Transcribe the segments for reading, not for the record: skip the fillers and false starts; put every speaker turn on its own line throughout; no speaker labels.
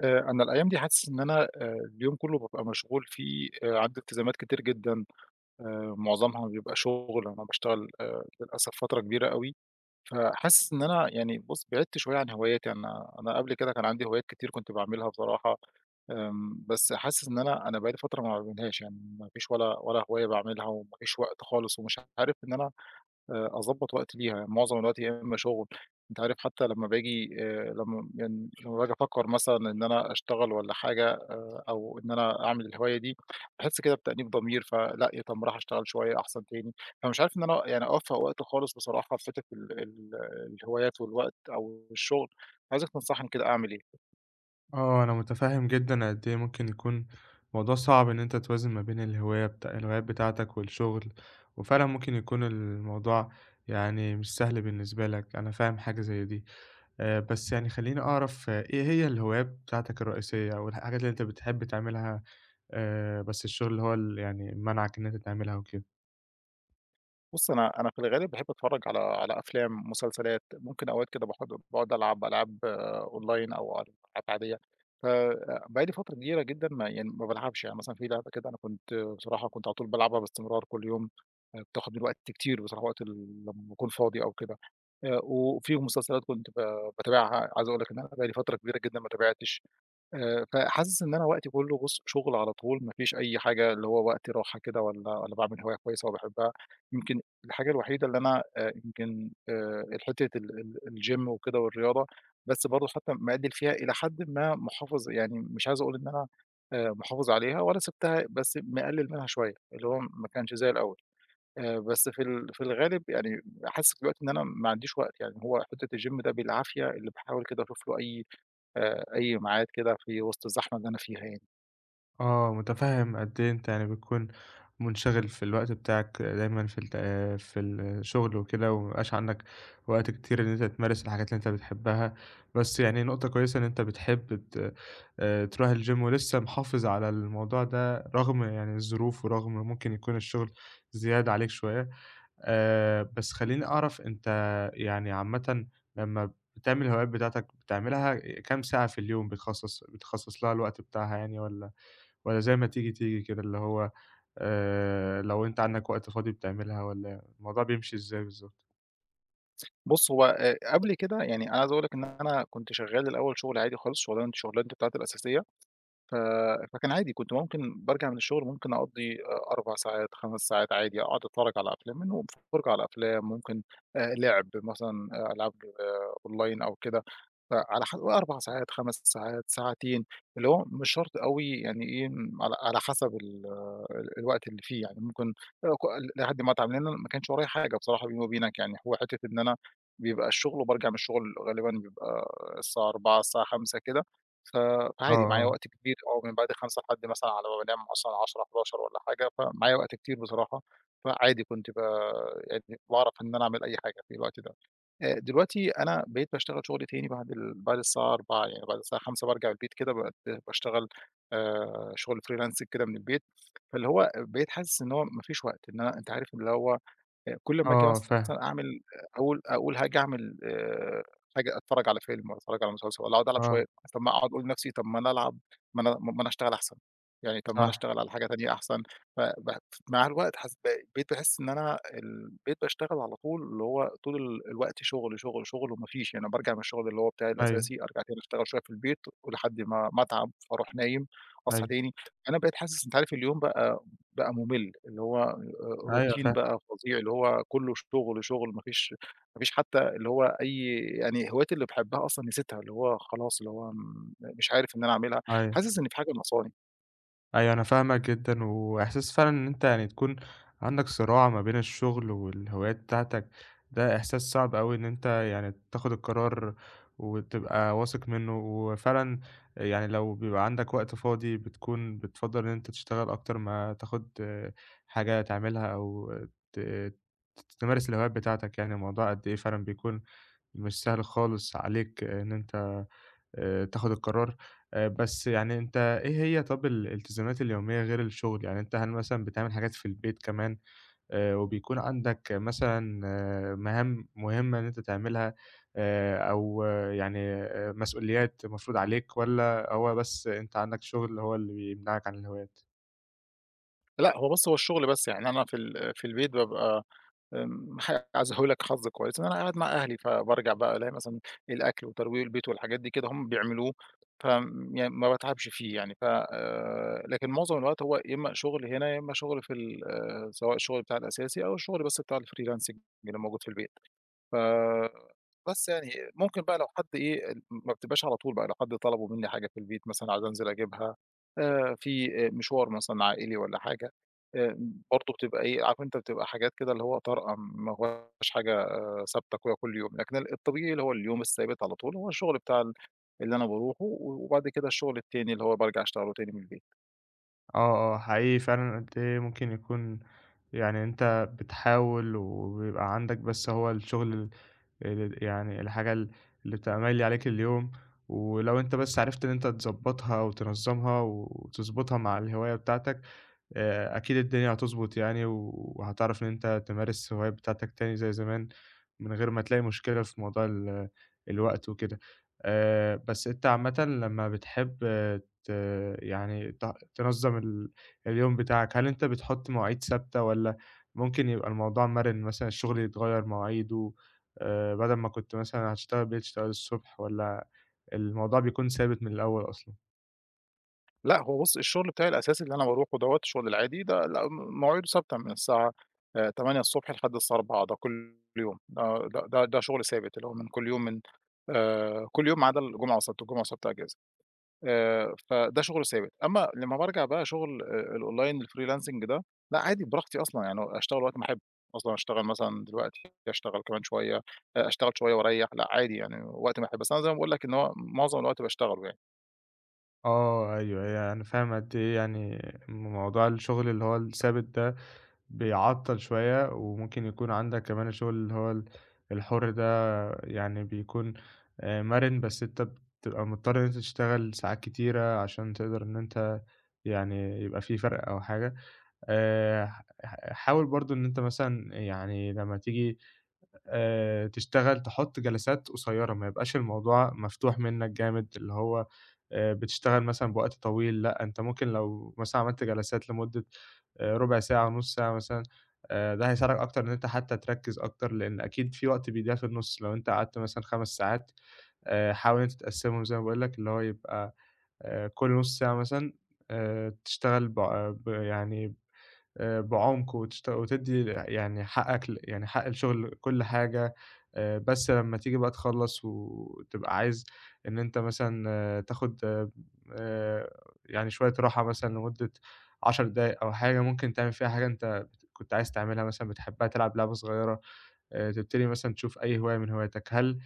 أنا الأيام دي حاسس إن أنا اليوم كُلّه بابقى مشغول فيه، عندي التزامات كتير جدًا، معظمها بيبقى شُغل، أنا باشتغل للأسف فترة كبيرة أوي، فحاسس إن أنا يعني بُص، بعِدت شوية عن هواياتي، أنا قبل كده كان عندي هوايات كتير كنت باعملها بصراحة، بس حاسس إن أنا بقى لي فترة ما باعملهاش، يعني ما فيش ولا هواية باعملها وما فيش وقت خالص ومش عارف إن أنا أضبّط وقت ليها، يعني معظم الوقت يا إمّا شُغل، أنت عارف حتى لمّا باجي أفكّر مثلًا إن أنا أشتغل والّا حاجة أو إن أنا أعمل الهواية دي، باحس كده بتأنيب ضمير، فلأ يا طَب ما أروح أشتغل شوية أحسن تاني، فمش عارف إن أنا يعني أوفّق وقت خالص بصراحة في حتّة ال ال الهوايات والوقت أو الشغل، عايزك تنصحني كده أعمل إيه؟
آه، أنا متفهم جدًا قد إيه ممكن يكون موضوع صعب إن أنت توازن ما بين الهواية بتاع الهوايات بتاعتك والشغل، وفعلًا ممكن يكون الموضوع يعني مش سهل بالنسبة لك، أنا فاهم حاجة زي دي. بس يعني خلّيني أعرف آه، إيه هي الهوايات بتاعتك الرئيسية أو الحاجات اللي أنت بتحب تعملها، بس الشغل هو اللي يعني مانعك إن أنت تعملها وكده؟
بُص، أنا في الغالب باحب أتفرّج على أفلام، مسلسلات، ممكن أوقات كده باقعد ألعب ألعاب online أو على ألعاب عادية، فبقى لي فترة كبيرة جدًا ما بالعبش، يعني مثلًا في لعبة كده أنا كنت بصراحة كنت على طول بالعبها باستمرار كل يوم، بتاخد من وقت كتير بصراحة وقت لمّا باكون فاضي أو كده، وفي مسلسلات كنت باتابعها، عايز أقول لك إن أنا بقى لي فترة كبيرة جدًا ما تابعتش. فحاسس إن أنا وقتي كله بُص شغل على طول، ما فيش أي حاجة اللي هو وقت راحة كده والّا باعمل هواية كويسة وباحبها، يمكن الحاجة الوحيدة اللي أنا يمكن الحتة ال ال الgym وكده والرياضة، بس برضه حتى مقلِّل فيها إلى حدٍ ما محافظ يعني مش عايز أقول إن أنا محافظ عليها ولا سِبتها، بس مقلِّل منها شوية، اللي هو ما كانش زي الأول، بس في الغالب يعني حاسس دلوقتي إن أنا ما عنديش وقت، يعني هو حتة الgym ده بالعافية اللي باحاول كده أشوف له أي ميعاد كده في وسط الزحمة اللي أنا فيها يعني.
آه، متفهم قد إيه أنت يعني بتكون منشغل في الوقت بتاعك دايمًا في الت آه، في الشغل وكده، وما بيبقاش عندك وقت كتير إن أنت تمارس الحاجات اللي أنت بتحبها، بس يعني نقطة كويسة إن أنت بتحب ت تروح الgym ولسه محافظ على الموضوع ده رغم يعني الظروف، ورغم ممكن يكون الشغل زيادة عليك شوية. بس خلّيني أعرف أنت يعني عامةً لمّا بتعمل الهوايات بتاعتك بتعملها كام ساعة في اليوم بتخصص لها الوقت بتاعها يعني والّا؟ والّا زي ما تيجي، تيجي كده اللي هو لو أنت عندك وقت فاضي بتعملها والّا الموضوع بيمشي إزاي بالضبط؟
بُص، هو قبل كده يعني أنا عايز أقول لك إن أنا كنت شغّال الأول شغل عادي خالص، شغلانتي بتاعتي الأساسية. ف فكان عادي كنت ممكن بارجع من الشغل ممكن أقضّي 4 ساعات، 5 ساعات عادي، أقعد أتفرّج على أفلام منهم فرجة على أفلام، ممكن لعب مثلًا ألعاب أونلاين أو كده، فعلى حسب 4 ساعات، 5 ساعات، ساعتين، اللي هو مش شرط أوي يعني إيه، على حسب ال آه، ال الوقت اللي فيه، يعني ممكن ك لحد ما أتعب، لإن أنا ما كانش ورايا حاجة بصراحة بيني وبينك يعني، هو حتّة إن أنا بيبقى الشغل وبارجع من الشغل غالبًا بيبقى الساعة 16:00 الساعة 17:00 كده ف
آه،
فعادي معايا
آه،
وقت كبير من بعد 17:00 لحد مثلًا على ما بانام مثلًا 22:00، 23:00 والّا حاجة، فمعايا وقت كتير بصراحة، فعادي كنت يعني باعرف إن أنا أعمل أي حاجة في الوقت ده. دلوقتي أنا بقيت باشتغل شغل تاني بعد الساعة 16:00 يعني بعد الساعة 17:00 بارجع البيت كده بقيت باشتغل شغل freelancing كده من البيت، فاللي هو بقيت حاسس إن هو ما فيش وقت، إن أنا أنت عارف اللي هو كل أمّا آجي
آه،
مثلًا
فاهم،
أعمل أقول أقول هاجي أعمل حاجة أتفرّج على فيلم والّا أتفرّج على مسلسل والّا أقعد ألعب
آه،
شوية، طَب ما أقعد أقول لنَفْسي طَب ما أنا ألعب ما أنا أشتغل أحسن، يعني طَب ما أنا
صح،
أشتغل على حاجة تانية أحسن، فب مع الوقت بقيت باحس إن أنا بقيت باشتغل على طول اللي هو طول الوقت شُغل، شُغل، شُغل وما فيش، يعني بارجع من الشُغل اللي هو بتاعي
أيوه،
الأساسي أرجع تاني أشتغل شوية في البيت ولحد ما أتعب فاروح نايم، أصحى
أيوه،
تاني، أنا بقيت حاسس أنت عارف اليوم بقى مُمِل، اللي هو
أيوه
روتين
فاهم،
بقى فظيع، اللي هو كُلّه شغل، شغل، ما فيش حتى اللي هو أي يعني هوايتي اللي باحبها أصلًا نسيتها، اللي هو خلاص اللي هو مش عارف إن أنا أعملها،
أيوه.
حاسس إن في حاجة ناقصاني.
أيوه أنا فاهمك جدًا، وإحساس فعلًا إن أنت يعني تكون عندك صراع ما بين الشغل والهوايات بتاعتك، ده إحساس صعب أوي إن أنت يعني تاخد القرار وتبقى واثق منه، وفعلًا يعني لو بيبقى عندك وقت فاضي بتكون بتفضّل إن أنت تشتغل أكتر ما تاخد آه، حاجة تعملها أو ت ت تمارس الهوايات بتاعتك يعني، الموضوع قد إيه فعلًا بيكون مش سهل خالص عليك إن أنت تاخد القرار. بس يعني أنت إيه هي طَب الالتزامات اليومية غير الشغل؟ يعني أنت هل مثلًا بتعمل حاجات في البيت كمان وبيكون عندك مثلًا آه، مهام مهمة إن أنت تعملها أو آه، يعني مسؤوليات مفروض عليك والّا هو بس أنت عندك شغل هو اللي بيمنعك عن الهوايات؟
لأ، هو بُص، هو الشغل بس، يعني أنا في البيت بابقى حاجة عايز أقول لك حظ كويس إن أنا قاعد مع أهلي، فبارجع بقى ألاقي مثلًا الأكل وترويق البيت والحاجات دي كده هُم بيعملوه، ف يعني ما باتعبش فيه يعني، ف لكن معظم الوقت هو يا إما شغل هنا، يا إما شغل في ال آه، سواء الشغل بتاعي الأساسي أو الشغل بس بتاع الfreelancing اللي موجود في البيت. ف بس يعني ممكن بقى لو حد إيه، ما بتبقاش على طول بقى، لو حد طلبوا منّي حاجة في البيت مثلًا عايز أنزل أجيبها، في مشوار مثلًا عائلي والّا حاجة، آآ برضه بتبقى إيه، عارف أنت بتبقى حاجات كده اللي هو طارئة ما هواش حاجة ثابتة كده كل يوم، لكن الطبيعي اللي هو اليوم الثابت على طول هو الشغل بتاع اللي أنا باروحه، وبعد كده الشغل التاني اللي هو بارجع أشتغله تاني من البيت.
آه، آه، حقيقي فعلًا قد إيه ممكن يكون يعني أنت بتحاول وبيبقى عندك بس هو الشغل ال ال يعني الحاجة اللي بتبقى مالية عليك اليوم، ولو أنت بس عرفت إن أنت تضبّطها وتنظّمها وتضبطها مع الهواية بتاعتك، أكيد الدنيا هتضبط يعني، وهتعرف إن أنت تمارس الهوايات بتاعتك تاني زي زمان، من غير ما تلاقي مشكلة في موضوع الوقت وكده. بس أنت عامةً لمّا بتحب آه، ت يعني ت تنظّم اليوم بتاعك، هل أنت بتحط مواعيد ثابتة والّا ممكن يبقى الموضوع مَرِن مثلًا الشغل يتغيّر مواعيده، بدل ما كنت مثلًا هتشتغل بالليل تشتغل الصبح والّا الموضوع بيكون ثابت من الأول أصلًا؟
لأ، هو بُص الشغل بتاعي الأساسي اللي أنا باروحه دوّة، الشغل العادي ده لأ، مواعيده ثابتة من الساعة 08:00 لحد الساعة 16:00 ده كل يوم، آه، ده شغل ثابت اللي هو من كل يوم من كل يوم ما عدا الجمعة والسبت، الجمعة والسبت أجازة، فده شغل ثابت، أمّا لمّا بارجع بقى شغل الأونلاين الfreelancing ده، لأ، عادي براحتي أصلًا يعني أشتغل وقت ما أحب، أصلًا أشتغل مثلًا دلوقتي، أشتغل كمان شوية، أشتغل شوية وأريّح، لأ، عادي يعني وقت ما أحب، بس أنا زي ما باقول لك إن هو معظم الوقت باشتغله يعني.
آه، أيوه، هي أنا فاهم قد إيه يعني موضوع الشغل اللي هو الثابت ده بيعطّل شوية، وممكن يكون عندك كمان الشغل اللي هو الحُر ده يعني بيكون مَرِن، بس أنت بتبقى مضطر إن أنت تشتغل ساعات كتيرة عشان تقدر إن أنت يعني يبقى في فرق أو حاجة. ح حاول برضه إن أنت مثلًا يعني لمّا تيجي تشتغل تحُط جلسات قصيّرة، ما يبقاش الموضوع مفتوح منّك جامد، اللي هو بتشتغل مثلًا بوقت طويل، لأ، أنت ممكن لو مثلًا عملت جلسات لمدة رُبع ساعة، نُص ساعة مثلًا، ده هيساعدك أكتر إن أنت حتّى تركّز أكتر، لإن أكيد في وقت بيضيع في النُص، لو أنت قعدت مثلًا 5 ساعات، حاول إن أنت تقسّمهم زي ما باقول لك، اللي هو يبقى كل نُص ساعة مثلًا تشتغل ب آه، ب يعني بعُمق وتدّي يعني حقّك يعني حق الشغل كل حاجة، بس لمّا تيجي بقى تخلّص وتبقى عايز إن أنت مثلًا آه، تاخُد آآ يعني شوية راحة مثلًا لمدة 10 دقايق أو حاجة ممكن تعمل فيها حاجة أنت بت كنت عايز تعملها مثلًا بتحبّها، تلعب لعبة صغيّرة، تبتدي مثلًا تشوف أي هواية من هواياتك. هل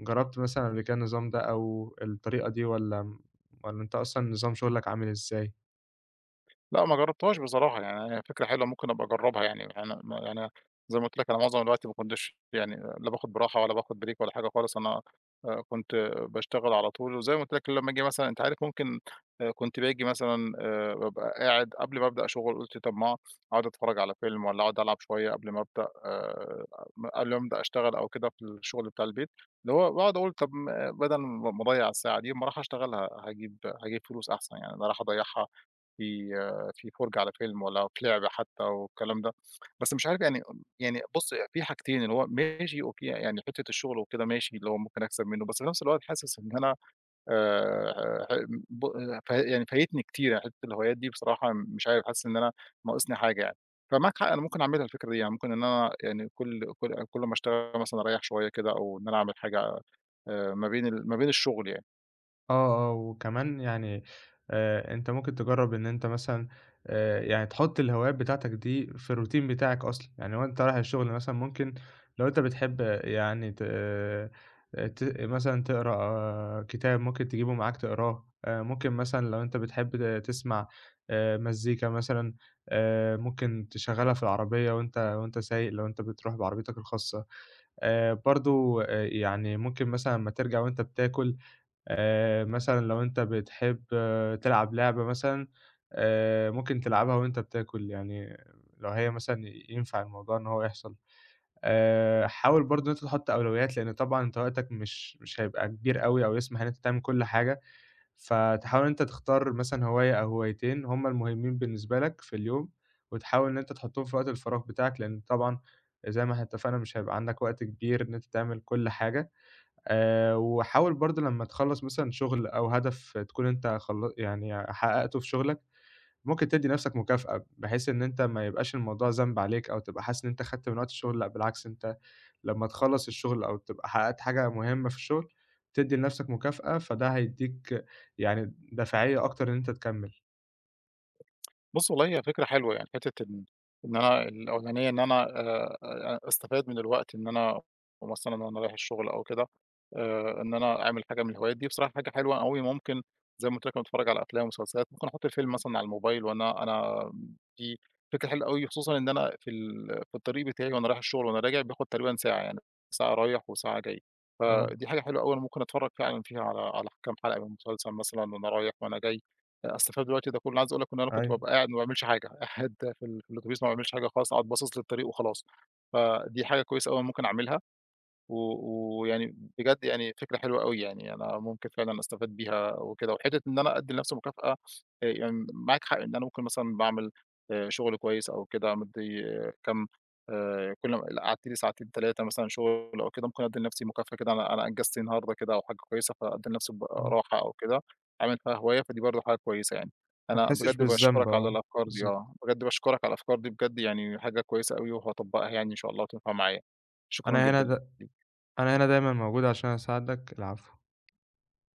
جرّبت مثلًا قبل كده النظام ده أو الطريقة دي والّا أنت أصلًا نظام شُغلك عامل إزاي؟
لأ، ما جرّبتهاش بصراحة، يعني هي فكرة حلوة ممكن أبقى أجرّبها يعني، أنا ما يعني زي ما قُلت لك أنا معظم الوقت ما كنتش يعني لا باخد براحة ولا باخد break ولا حاجة خالص، أنا كنت باشتغل على طول، وزي ما قُلت لك لمّا آجي مثلًا أنت عارف ممكن كنت باجي مثلًا بابقى قاعد قبل ما أبدأ شغل قُلت طَب ما أقعد أتفرّج على فيلم والّا أقعد ألعب شوية قبل ما أبدأ أشتغل أو كده في الشغل بتاع البيت، اللي هو باقعد أقول طَب ما بدل ما أضيّع الساعة دي، ما أروح أشتغل هاجيب فلوس أحسن يعني، أنا رايح أضيّعها في في فرجة على فيلم والّا في لعبة حتى والكلام ده، بس مش عارف يعني بُص في حاجتين اللي هو ماشي أوكي يعني حتّة الشغل وكده ماشي اللي هو ممكن أكسب منه، بس في نفس الوقت حاسس إن أنا ح ب ف يعني فايتني كتير يعني حتّة الهوايات دي بصراحة مش عارف حاسس إن أنا ناقصني حاجة يعني، فمعاك حق أنا ممكن أعملها الفكرة دي، يعني ممكن إن أنا يعني كل ما أشتغل مثلًا أريّح شوية كده أو إن أنا أعمل حاجة ما بين الشغل يعني.
آه، آه، وكمان يعني أنت ممكن تجرّب إن أنت مثلًا يعني تحُط الهوايات بتاعتك دي في الروتين بتاعك أصلًا، يعني وأنت رايح الشغل مثلًا ممكن لو أنت بتحب آه، يعني ت آه، ت مثلًا تقرا آه كتاب ممكن تجيبه معاك تقراه، ممكن مثلًا لو أنت بتحب تسمع مزيكا مثلًا، ممكن تشغّلها في العربية وأنت سايق لو أنت بتروح بعربيتك الخاصة، برضه يعني ممكن مثلًا أمّا ترجع وأنت بتاكل مثلًا لو أنت بتحب آه، تلعب لعبة مثلًا، ممكن تلعبها وأنت بتاكل، يعني لو هي مثلًا ينفع الموضوع إن هو يحصل. حاول برضه إن أنت تحُط أولويات، لإن طبعًا أنت وقتك مش هيبقى كبير أوي أو يسمح إن أنت تعمل كل حاجة، فتحاول إن أنت تختار مثلًا هواية أو هوايتين هم المهمين بالنسبة لك في اليوم، وتحاول إن أنت تحُطّهم في وقت الفراغ بتاعك، لإن طبعًا زي ما إحنا اتفقنا مش هيبقى عندك وقت كبير إن أنت تعمل كل حاجة. وحاول برضه لمّا تخلّص مثلًا شغل أو هدف تكون أنت خل يعني حققته في شغلك، ممكن تدّي نَفْسك مكافأة، بحيث إن أنت ما يبقاش الموضوع ذنب عليك أو تبقى حاسس إن أنت خدت من وقت الشغل، لأ بالعكس أنت لمّا تخلّص الشغل أو تبقى حققت حاجة مهمة في الشغل، تدّي لنَفْسك مكافأة، فده هيدّيك يعني دافعية أكتر إن أنت تكمّل.
بُص والله هي فكرة حلوة يعني، حتّة إن أنا الأولانية إن أنا أستفاد من الوقت إن أنا مثلًا وأنا رايح الشغل أو كده، إن أنا أعمل حاجة من الهوايات دي بصراحة حاجة حلوة أوي، ممكن زي ما قُلت لك أنا باتفرّج على أفلام ومسلسلات، ممكن أحُط الفيلم مثلًا على الموبايل وأنا أنا دي فكرة حلوة أوي، خصوصًا إن أنا في الطريق بتاعي وأنا رايح الشغل وأنا راجع بياخُد تقريبًا ساعة يعني، ساعة رايح وساعة جاي،
آه،
فدي حاجة حلوة أوي أنا ممكن أتفرّج فعلًا فيها على كام حلقة من مسلسل مثلًا وأنا رايح وأنا جاي. أستفاد بالوقت ده كله، عايز أقول لك إن أنا كنت
أيوه،
بابقى قاعد ما باعملش حاجة، قاعد في الأوتوبيس ما باعملش حاجة خالص، قاعد باصص للطريق وخلاص، فدي حاجة كويسة أوي ممكن أعملها. و ويعني بجد يعني فكرة حلوة أوي يعني، أنا ممكن فعلًا أستفاد بيها وكده، وحتّة إن أنا أدّي لنفسي مكافأة يعني معاك حق إن أنا ممكن مثلًا باعمل شغل كويس أو كده مدّي كام كل ما قعدت لي ساعتين 3 مثلًا شغل أو كده، ممكن أدّي لنفسي مكافأة كده أنا أنجزت النهارده كده أو حاجة كويسة، فأدّي لنفسي ب
إمم،
راحة أو كده، أعمل فيها هواية، فدي برضه حاجة كويسة يعني.
ما
أنا
تحسّش
بجد
بالذنب،
باشكرك على
آه،
الأفكار دي
بالضبط.
بجد باشكرك على الأفكار دي بجد يعني حاجة كويسة أوي وهاطبّقها يعني إن شاء الله وتنفع معايا. شكرًا
أنا هنا د
جدًا ليك.
أنا هنا دايمًا موجود عشان أساعدك، العفو.